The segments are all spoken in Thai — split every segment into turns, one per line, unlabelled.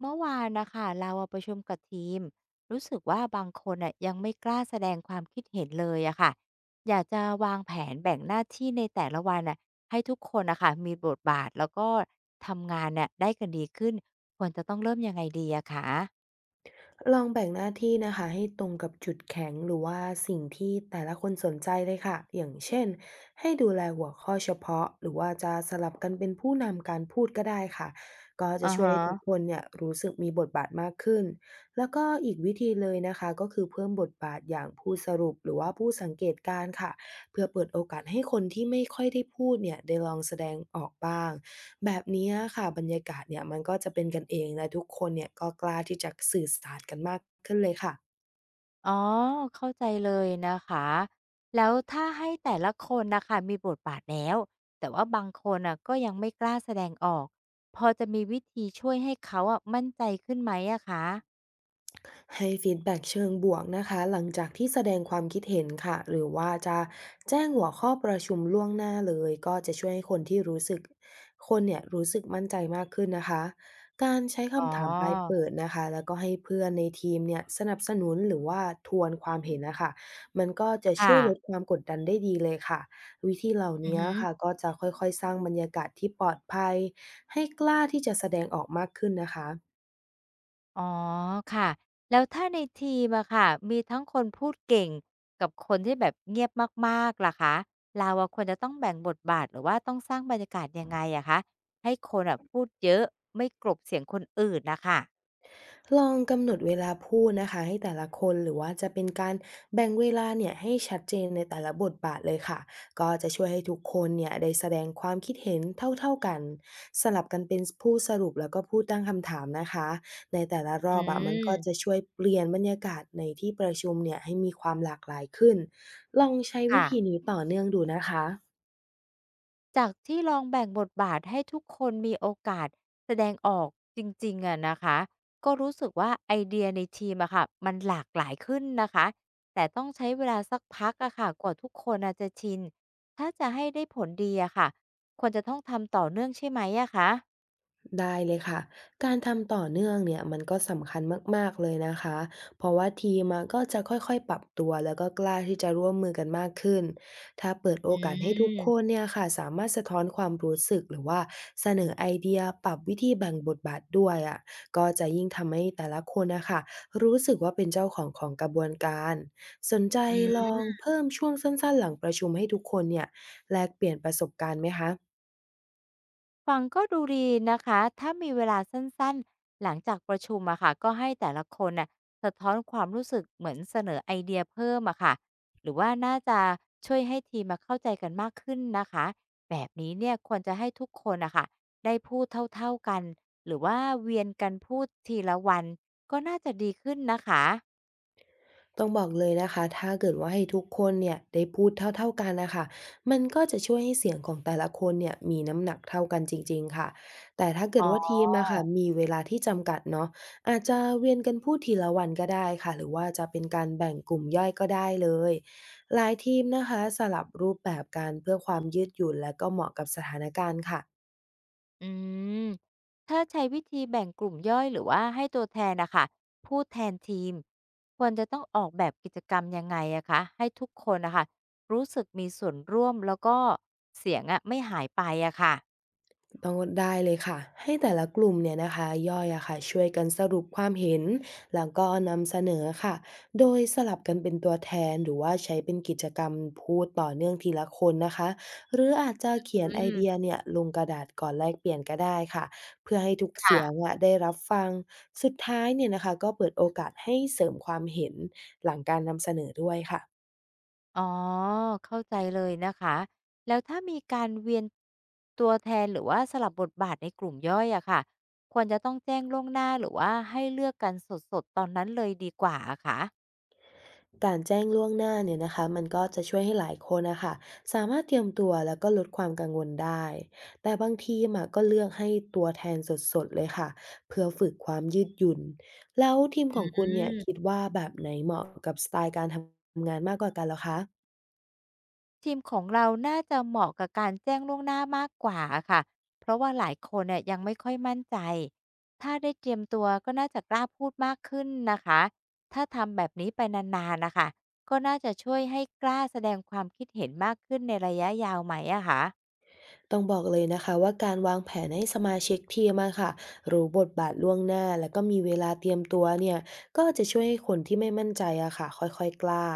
เมื่อวานนะคะเราอะประชุมกับทีมรู้สึกว่าบางคนอ่ะยังไม่กล้าแสดงความคิดเห็นเลยอะค่ะอยากจะวางแผนแบ่งหน้าที่ในแต่ละวันอ่ะให้ทุกคนนะคะมีบทบาทแล้วก็ทำงานเน่ยได้กันดีขึ้นควรจะต้องเริ่มยังไงดีอะคะ
ลองแบ่งหน้าที่นะคะให้ตรงกับจุดแข็งหรือว่าสิ่งที่แต่ละคนสนใจเลยค่ะอย่างเช่นให้ดูแลหัวข้อเฉพาะหรือว่าจะสลับกันเป็นผู้นำการพูดก็ได้ค่ะก็จะ
อ่า
ช่วยให้ทุกค
ฮะ
นเนี่ยรู้สึกมีบทบาทมากขึ้นแล้วก็อีกวิธีเลยนะคะก็คือเพิ่มบทบาทอย่างผู้สรุปหรือว่าผู้สังเกตการณ์ค่ะเพื่อเปิดโอกาสให้คนที่ไม่ค่อยได้พูดเนี่ยได้ลองแสดงออกบ้าง แบบนี้อะค่ะบรรยากาศเนี่ยมันก็จะเป็นกันเองและทุกคนเนี่ยก็กล้าที่จะสื่อสารกันมากขึ้นเลยค่ะ
อ๋อเข้าใจเลยนะคะแล้วถ้าให้แต่ละคนนะคะมีบทบาทแล้วแต่ว่าบางคนอ่ะก็ยังไม่กล้าแสดงออกพอจะมีวิธีช่วยให้เขาอะมั่นใจขึ้นไหมอะคะ
ให้ฟีดแบ็กเชิงบวกนะคะหลังจากที่แสดงความคิดเห็นค่ะหรือว่าจะแจ้งหัวข้อประชุมล่วงหน้าเลยก็จะช่วยให้คนเนี่ยรู้สึกมั่นใจมากขึ้นนะคะการใช้
อ๋อ
คำถามปลายเปิดนะคะแล้วก็ให้เพื่อนในทีมเนี่ยสนับสนุนหรือว่าทวนความเห็นนะคะมันก็จะช่
ค่ะ
วยลดความกดดันได้ดีเลยค่ะวิธีเหล่า
อือ
นี้
ฮึ
ค่ะก็จะค่อยๆสร้างบรรยากาศที่ปลอดภัยให้กล้าที่จะแสดงออกมากขึ้นนะคะ
อ๋อค่ะแล้วถ้าในทีมอะค่ะมีทั้งคนพูดเก่งกับคนที่แบบเงียบมากๆล่ะคะเราอะควรจะต้องแบ่งบทบาทหรือว่าต้องสร้างบรรยากาศยังไงอะคะให้คนอะพูดเยอะไม่กลบเสียงคนอื่นนะคะ
ลองกำหนดเวลาพูดนะคะให้แต่ละคนหรือว่าจะเป็นการแบ่งเวลาเนี่ยให้ชัดเจนในแต่ละบทบาทเลยค่ะก็จะช่วยให้ทุกคนเนี่ยได้แสดงความคิดเห็นเท่าๆกันสลับกันเป็นผู้สรุปแล้วก็ผู้ตั้งคำถามนะคะในแต่ละร
อื
อบอะมันก็จะ
ม
ช่วยเปลี่ยนบรรยากาศในที่ประชุมเนี่ยให้มีความหลากหลายขึ้นลองใช้วิ
ค่ะ
ธีนี้ต่อเนื่องดูนะคะ
จากที่ลองแบ่งบทบาทให้ทุกคนมีโอกาสแสดงออกจริงๆอะนะคะก็รู้สึกว่าไอเดียในทีมอะค่ะมันหลากหลายขึ้นนะคะแต่ต้องใช้เวลาสักพักอะค่ะกว่าทุกคนอาจจะชินถ้าจะให้ได้ผลดีอะค่ะควรจะต้องทำต่อเนื่องใช่ไหมอะคะ
ได้เลยค่ะ การทำต่อเนื่องเนี่ยมันก็สำคัญมากๆเลยนะคะ เพราะว่าทีมอะก็จะค่อยๆปรับตัวแล้วก็กล้าที่จะร่วมมือกันมากขึ้น ถ้าเปิด
อื
โอกาสให้ทุกคน
ม
เนี่ยค่ะสามารถสะท้อนความรู้สึกหรือว่าเสนอไอเดียปรับวิธีแบ่งบทบาทด้วยอะก็จะยิ่งทำให้แต่ละคนนะคะรู้สึกว่าเป็นเจ้าของของกระบวนการสนใจลองเพิ่มช่วงสั้นๆหลังประชุมให้ทุกคนเนี่ยแลกเปลี่ยนประสบการณ์ไหมคะ
ฟังก็ดูดีนะคะ ถ้ามีเวลาสั้นๆ หลังจากประชุมอะค่ะก็ให้แต่ละคนน่ะสะท้อนความรู้สึกเหมือนเสนอไอเดียเพิ่มอะค่ะหรือว่าน่าจะช่วยให้ทีมมาเข้าใจกันมากขึ้นนะคะ แบบนี้เนี่ยควรจะให้ทุกคนอะค่ะได้พูดเท่าๆกัน หรือว่าเวียนกันพูดทีละวันก็น่าจะดีขึ้นนะคะ
ต้องบอกเลยนะคะถ้าเกิดว่าให้ทุกคนเนี่ยได้พูดเท่าๆกันนะคะมันก็จะช่วยให้เสียงของแต่ละคนเนี่ยมีน้ำหนักเท่ากันจริงๆค่ะแต่ถ้าเกิดว่าทีมอะค่ะมีเวลาที่จำกัดเนาะอาจจะเวียนกันพูดทีละวันก็ได้ค่ะหรือว่าจะเป็นการแบ่งกลุ่มย่อยก็ได้เลยหลายทีมนะคะสลับรูปแบบกันเพื่อความยืดหยุ่นและก็เหมาะกับสถานการณ์ค่ะ
อืมถ้าใช้วิธีแบ่งกลุ่มย่อยหรือว่าให้ตัวแทนนะคะพูดแทนทีมควรจะต้องออกแบบกิจกรรมยังไงอะคะให้ทุกคนนะคะรู้สึกมีส่วนร่วมแล้วก็เสียงอะไม่หายไปอะค่ะ
ต้องได้เลยค่ะให้แต่ละกลุ่มเนี่ยนะคะย่อยอะค่ะช่วยกันสรุปความเห็นแล้วก็นำเสนอค่ะโดยสลับกันเป็นตัวแทนหรือว่าใช้เป็นกิจกรรมพูดต่อเนื่องทีละคนนะคะหรืออาจจะเขียน
อื
ไอเดีย
ม
เนี่ยลงกระดาษก่อนแลกเปลี่ยนก็ได้ค่ะเพื่อให้ทุกเสียง
ค่ะ
อะได้รับฟังสุดท้ายเนี่ยนะคะก็เปิดโอกาสให้เสริมความเห็นหลังการนำเสนอด้วยค่ะ
อ๋อเข้าใจเลยนะคะแล้วถ้ามีการเวียนตัวแทนหรือว่าสลับบทบาทในกลุ่มย่อยอะค่ะควรจะต้องแจ้งล่วงหน้าหรือว่าให้เลือกกันสดๆตอนนั้นเลยดีกว่าอะค่ะ
การแจ้งล่วงหน้าเนี่ยนะคะมันก็จะช่วยให้หลายคนนะคะสามารถเตรียมตัวแล้วก็ลดความกังวลได้แต่บางทีมอะก็เลือกให้ตัวแทนสดๆเลยค่ะเพื่อฝึกความยืดหยุ่นแล้วทีมข
อื
องคุณเนี่ยคิด
ม
ว่าแบบไหนเหมาะกับสไตล์การทำงานมากกว่ากันเหรอคะ
ทีมของเราน่าจะเหมาะกับการแจ้งล่วงหน้ามากกว่าอะค่ะ เพราะว่าหลายคนเนี่ยยังไม่ค่อยมั่นใจ ถ้าได้เตรียมตัวก็น่าจะกล้าพูดมากขึ้นนะคะ ถ้าทำแบบนี้ไปนานๆนะคะ ก็น่าจะช่วยให้กล้าแสดงความคิดเห็นมากขึ้นในระยะยาวไหมอะคะ
ต้องบอกเลยนะคะว่าการวางแผนให้สมาชิกทีมอะค่ะรู้บทบาทล่วงหน้าแล้วก็มีเวลาเตรียมตัวเนี่ยก็จะช่วยให้คนที่ไม่มั่นใจอะค่ะค่อยๆกล้า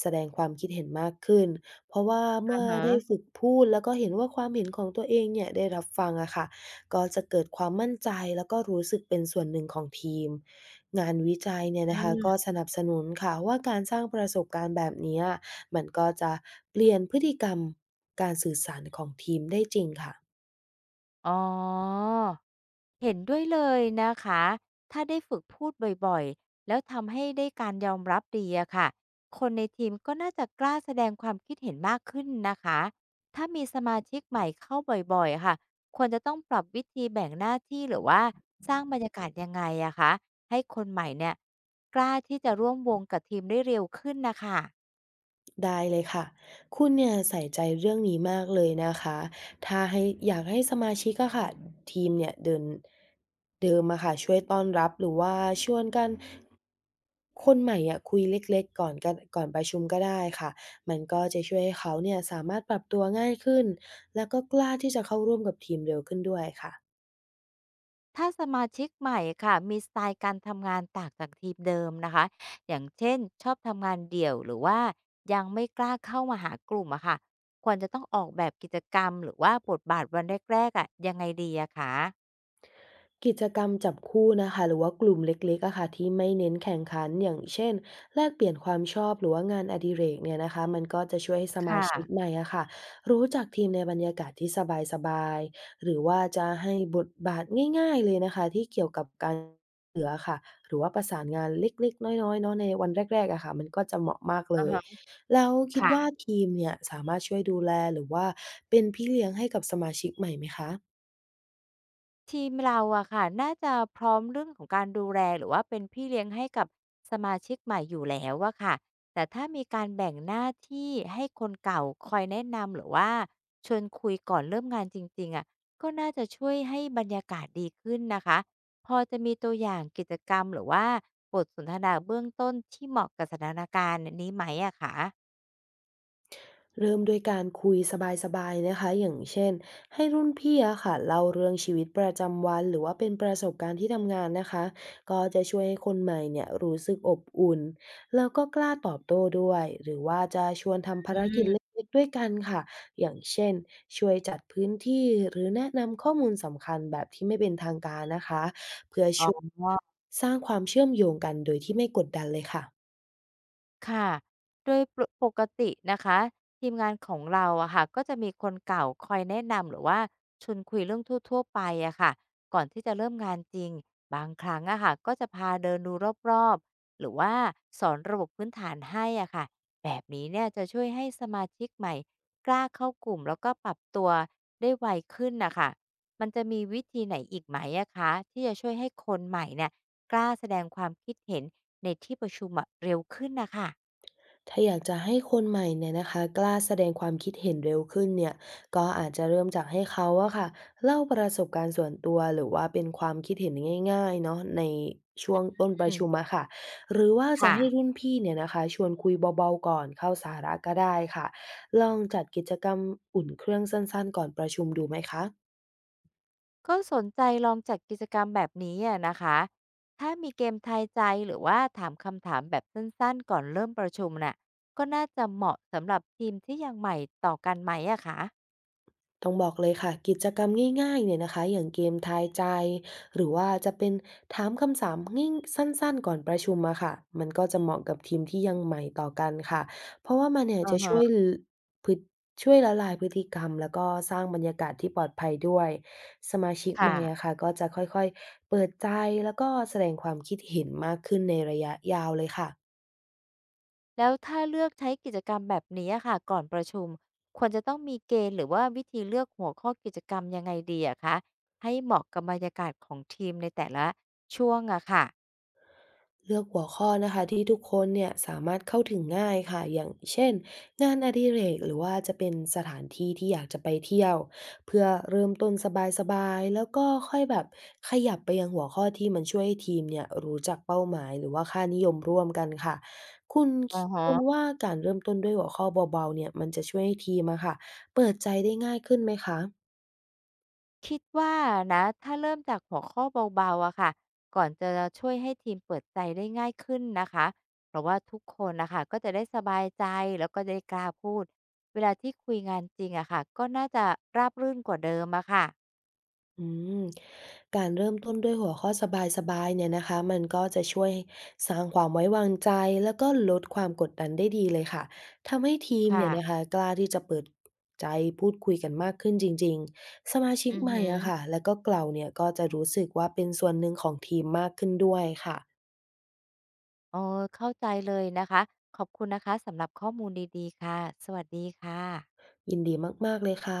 แสดงความคิดเห็นมากขึ้นเพราะว่า
อะ
เมื่อได้
ฮะ
ฝึกพูดแล้วก็เห็นว่าความเห็นของตัวเองเนี่ยได้รับฟังอะค่ะก็จะเกิดความมั่นใจแล้วก็รู้สึกเป็นส่วนหนึ่งของทีมงานวิจัยเนี่ย
อื
นะคะ
ม
ก็สนับสนุนค่ะว่าการสร้างประสบการณ์แบบเนี้ย มันก็จะเปลี่ยนพฤติกรรมการสื่อสารของทีมได้จริงค่ะ
อ๋อ เห็นด้วยเลยนะคะ ถ้าได้ฝึกพูดบ่อยๆแล้วทำให้ได้การยอมรับดีอะค่ะคนในทีมก็น่าจะกล้าแสดงความคิดเห็นมากขึ้นนะคะถ้ามีสมาชิกใหม่เข้าบ่อยๆค่ะควรจะต้องปรับวิธีแบ่งหน้าที่หรือว่าสร้างบรรยากาศยังไงอะคะให้คนใหม่เนี่ยกล้าที่จะร่วมวงกับทีมได้เร็วขึ้นนะคะ
ได้เลยค่ะคุณเนี่ยใส่ใจเรื่องนี้มากเลยนะคะถ้าให้อยากให้สมาชิกอะค่ะทีมเนี่ยเดิมอะค่ะช่วยต้อนรับหรือว่าชวนกันคนใหม่อะคุยเล็กๆก่อนกันก่อนประชุมก็ได้ค่ะมันก็จะช่วยให้เขาเนี่ยสามารถปรับตัวง่ายขึ้นแล้วก็กล้าที่จะเข้าร่วมกับทีมเร็วขึ้นด้วยค่ะ
ถ้าสมาชิกใหม่ค่ะมีสไตล์การทำงานต่างจากทีมเดิมนะคะอย่างเช่นชอบทำงานเดี่ยวหรือว่ายังไม่กล้าเข้ามาหากลุ่มอะค่ะควรจะต้องออกแบบกิจกรรมหรือว่าบทบาทวันแรกๆอะยังไงดีอะคะ
กิจกรรมจับคู่นะคะหรือว่ากลุ่มเล็กๆอะค่ะที่ไม่เน้นแข่งขันอย่างเช่นแลกเปลี่ยนความชอบหรือว่างานอดิเรกเนี่ยนะคะมันก็จะช่วยให้สมา
ค่ะ
ชิกใหม่อะค่ะรู้จักทีมในบรรยากาศที่สบายๆหรือว่าจะให้บทบาทง่ายๆเลยนะคะที่เกี่ยวกับการเหลือค่ะหรือว่าประสานงานเล็กๆน้อยๆเนาะในวันแรกๆอะค่ะมันก็จะเหมาะมากเล
อา
ย
ฮะ
แล้วคิด
ค่ะ
ว่าทีมเนี่ยสามารถช่วยดูแลหรือว่าเป็นพี่เลี้ยงให้กับสมาชิกใหม่ไหมคะ
ทีมเราอะค่ะน่าจะพร้อมเรื่องของการดูแลหรือว่าเป็นพี่เลี้ยงให้กับสมาชิกใหม่อยู่แล้วอะค่ะแต่ถ้ามีการแบ่งหน้าที่ให้คนเก่าคอยแนะนำหรือว่าชวนคุยก่อนเริ่มงานจริงๆอะก็น่าจะช่วยให้บรรยากาศดีขึ้นนะคะพอจะมีตัวอย่างกิจกรรมหรือว่าบทสนทนาเบื้องต้นที่เหมาะกับสถานการณ์นี้ไหมอะคะ
เริ่มด้วยการคุยสบายๆนะคะอย่างเช่นให้รุ่นพี่อะค่ะเล่าเรื่องชีวิตประจำวันหรือว่าเป็นประสบการณ์ที่ทำงานนะคะก็จะช่วยให้คนใหม่เนี่ยรู้สึกอบอุ่นแล้วก็กล้าตอบโต้ด้วยหรือว่าจะชวนทำภา
อื
รกิจเ
ม
ล็กๆด้วยกันค่ะอย่างเช่นช่วยจัดพื้นที่หรือแนะนำข้อมูลสำคัญแบบที่ไม่เป็นทางการนะคะเพื่อช่วยสร้างความเชื่อมโยงกันโดยที่ไม่กดดันเลยค่ะ
ค่ะโดยปรปกตินะคะทีมงานของเราอะค่ะก็จะมีคนเก่าคอยแนะนำหรือว่าชวนคุยเรื่องทั่วๆไปอะค่ะก่อนที่จะเริ่มงานจริงบางครั้งอะค่ะก็จะพาเดินดูรอบๆหรือว่าสอนระบบพื้นฐานให้อะค่ะแบบนี้เนี่ยจะช่วยให้สมาชิกใหม่กล้าเข้ากลุ่มแล้วก็ปรับตัวได้ไวขึ้นนะคะมันจะมีวิธีไหนอีกไหมอะคะที่จะช่วยให้คนใหม่เนี่ยกล้าแสดงความคิดเห็น ในที่ประชุมอะเร็วขึ้นนะคะ
ถ้าอยากจะให้คนใหม่เนี่ยนะคะกล้าแสดงความคิดเห็นเร็วขึ้นเนี่ยก็อาจจะเริ่มจากให้เขาอะค่ะเล่าประสบการณ์ส่วนตัวหรือว่าเป็นความคิดเห็นง่ายๆเนาะในช่วงต้นป
อื
ระชุม
ม
อะค่ะหรือว่าจะ
ค่ะ
ให้รุ่นพี่เนี่ยนะคะชวนคุยเบาๆก่อนเข้าสาระก็ได้ค่ะลองจัดกิจกรรมอุ่นเครื่องสั้นๆก่อนประชุมดูไหมคะ
ก็สนใจลองจัดกิจกรรมแบบนี้อะนะคะ ถ้ามีเกมทายใจหรือว่าถามคำถามแบบสั้นๆก่อนเริ่มประชุมน่ะ ก็น่าจะเหมาะสำหรับทีมที่ยังใหม่ต่อกันไหมอะคะ
ต้องบอกเลยค่ะกิจกรรมง่ายๆเนี่ยนะคะอย่างเกมทายใจหรือว่าจะเป็นถามคำถามง่ายสั้นๆก่อนประชุมอะค่ะมันก็จะเหมาะกับทีมที่ยังใหม่ต่อกันค่ะเพราะว่ามันเนี่ย
อ
จะ
อ
ช่วยล
ฮะ
พฤช่วยละลายพฤติกรรมแล้วก็สร้างบรรยากาศที่ปลอดภัยด้วยสมาชิกให
ค่ะ
ม่อะค่ะก็จะค่อยๆเปิดใจแล้วก็แสดงความคิดเห็นมากขึ้นในระยะยาวเลยค่ะ
แล้วถ้าเลือกใช้กิจกรรมแบบนี้อะค่ะก่อนประชุมควรจะต้องมีเกณฑ์หรือว่าวิธีเลือกหัวข้อกิจกรรมยังไงดีอะคะให้เหมาะกับบรรยากาศของทีมในแต่ละช่วงอะค่ะ
เลือกหัวข้อนะคะที่ทุกคนเนี่ยสามารถเข้าถึงง่ายค่ะอย่างเช่นงานอดิเรกหรือว่าจะเป็นสถานที่ที่อยากจะไปเที่ยวเพื่อเริ่มต้นสบายๆแล้วก็ค่อยแบบขยับไปยังหัวข้อที่มันช่วยให้ทีมเนี่ยรู้จักเป้าหมายหรือว่าค่านิยมร่วมกันค่ะคุณ
อ
ค
อฮะ
คุณว่าการเริ่มต้นด้วยหัวข้อเบาๆเนี่ยมันจะช่วยให้ทีมอะค่ะเปิดใจได้ง่ายขึ้นไหมคะ
คิดว่านะถ้าเริ่มจากหัวข้อเบาๆอะค่ะก่อนจะช่วยให้ทีมเปิดใจได้ง่ายขึ้นนะคะเพราะว่าทุกคนนะคะก็จะได้สบายใจแล้วก็ได้กล้าพูดเวลาที่คุยงานจริงอะค่ะก็น่าจะราบรื่นกว่าเดิมอะค่ะ
อืมการเริ่มต้นด้วยหัวข้อสบายๆเนี่ยนะคะมันก็จะช่วยสร้างความไว้วางใจแล้วก็ลดความกดดันได้ดีเลยค่ะทำให้ทีมเนี่ยนะ
ค่ะ
คะกล้าที่จะเปิดใจพูดคุยกันมากขึ้นจริงๆสมาชิ
อื
ก
อ
ให
ฮ
ม่อะค่ะ
อ
แล้วก็เกล่าเนี่ยก็จะรู้สึกว่าเป็นส่วนหนึ่งของทีมมากขึ้นด้วยค่ะ
เออเข้าใจเลยนะคะขอบคุณนะคะสำหรับข้อมูลดีๆค่ะสวัสดีค่ะ
ยินดีมากๆเลยค่ะ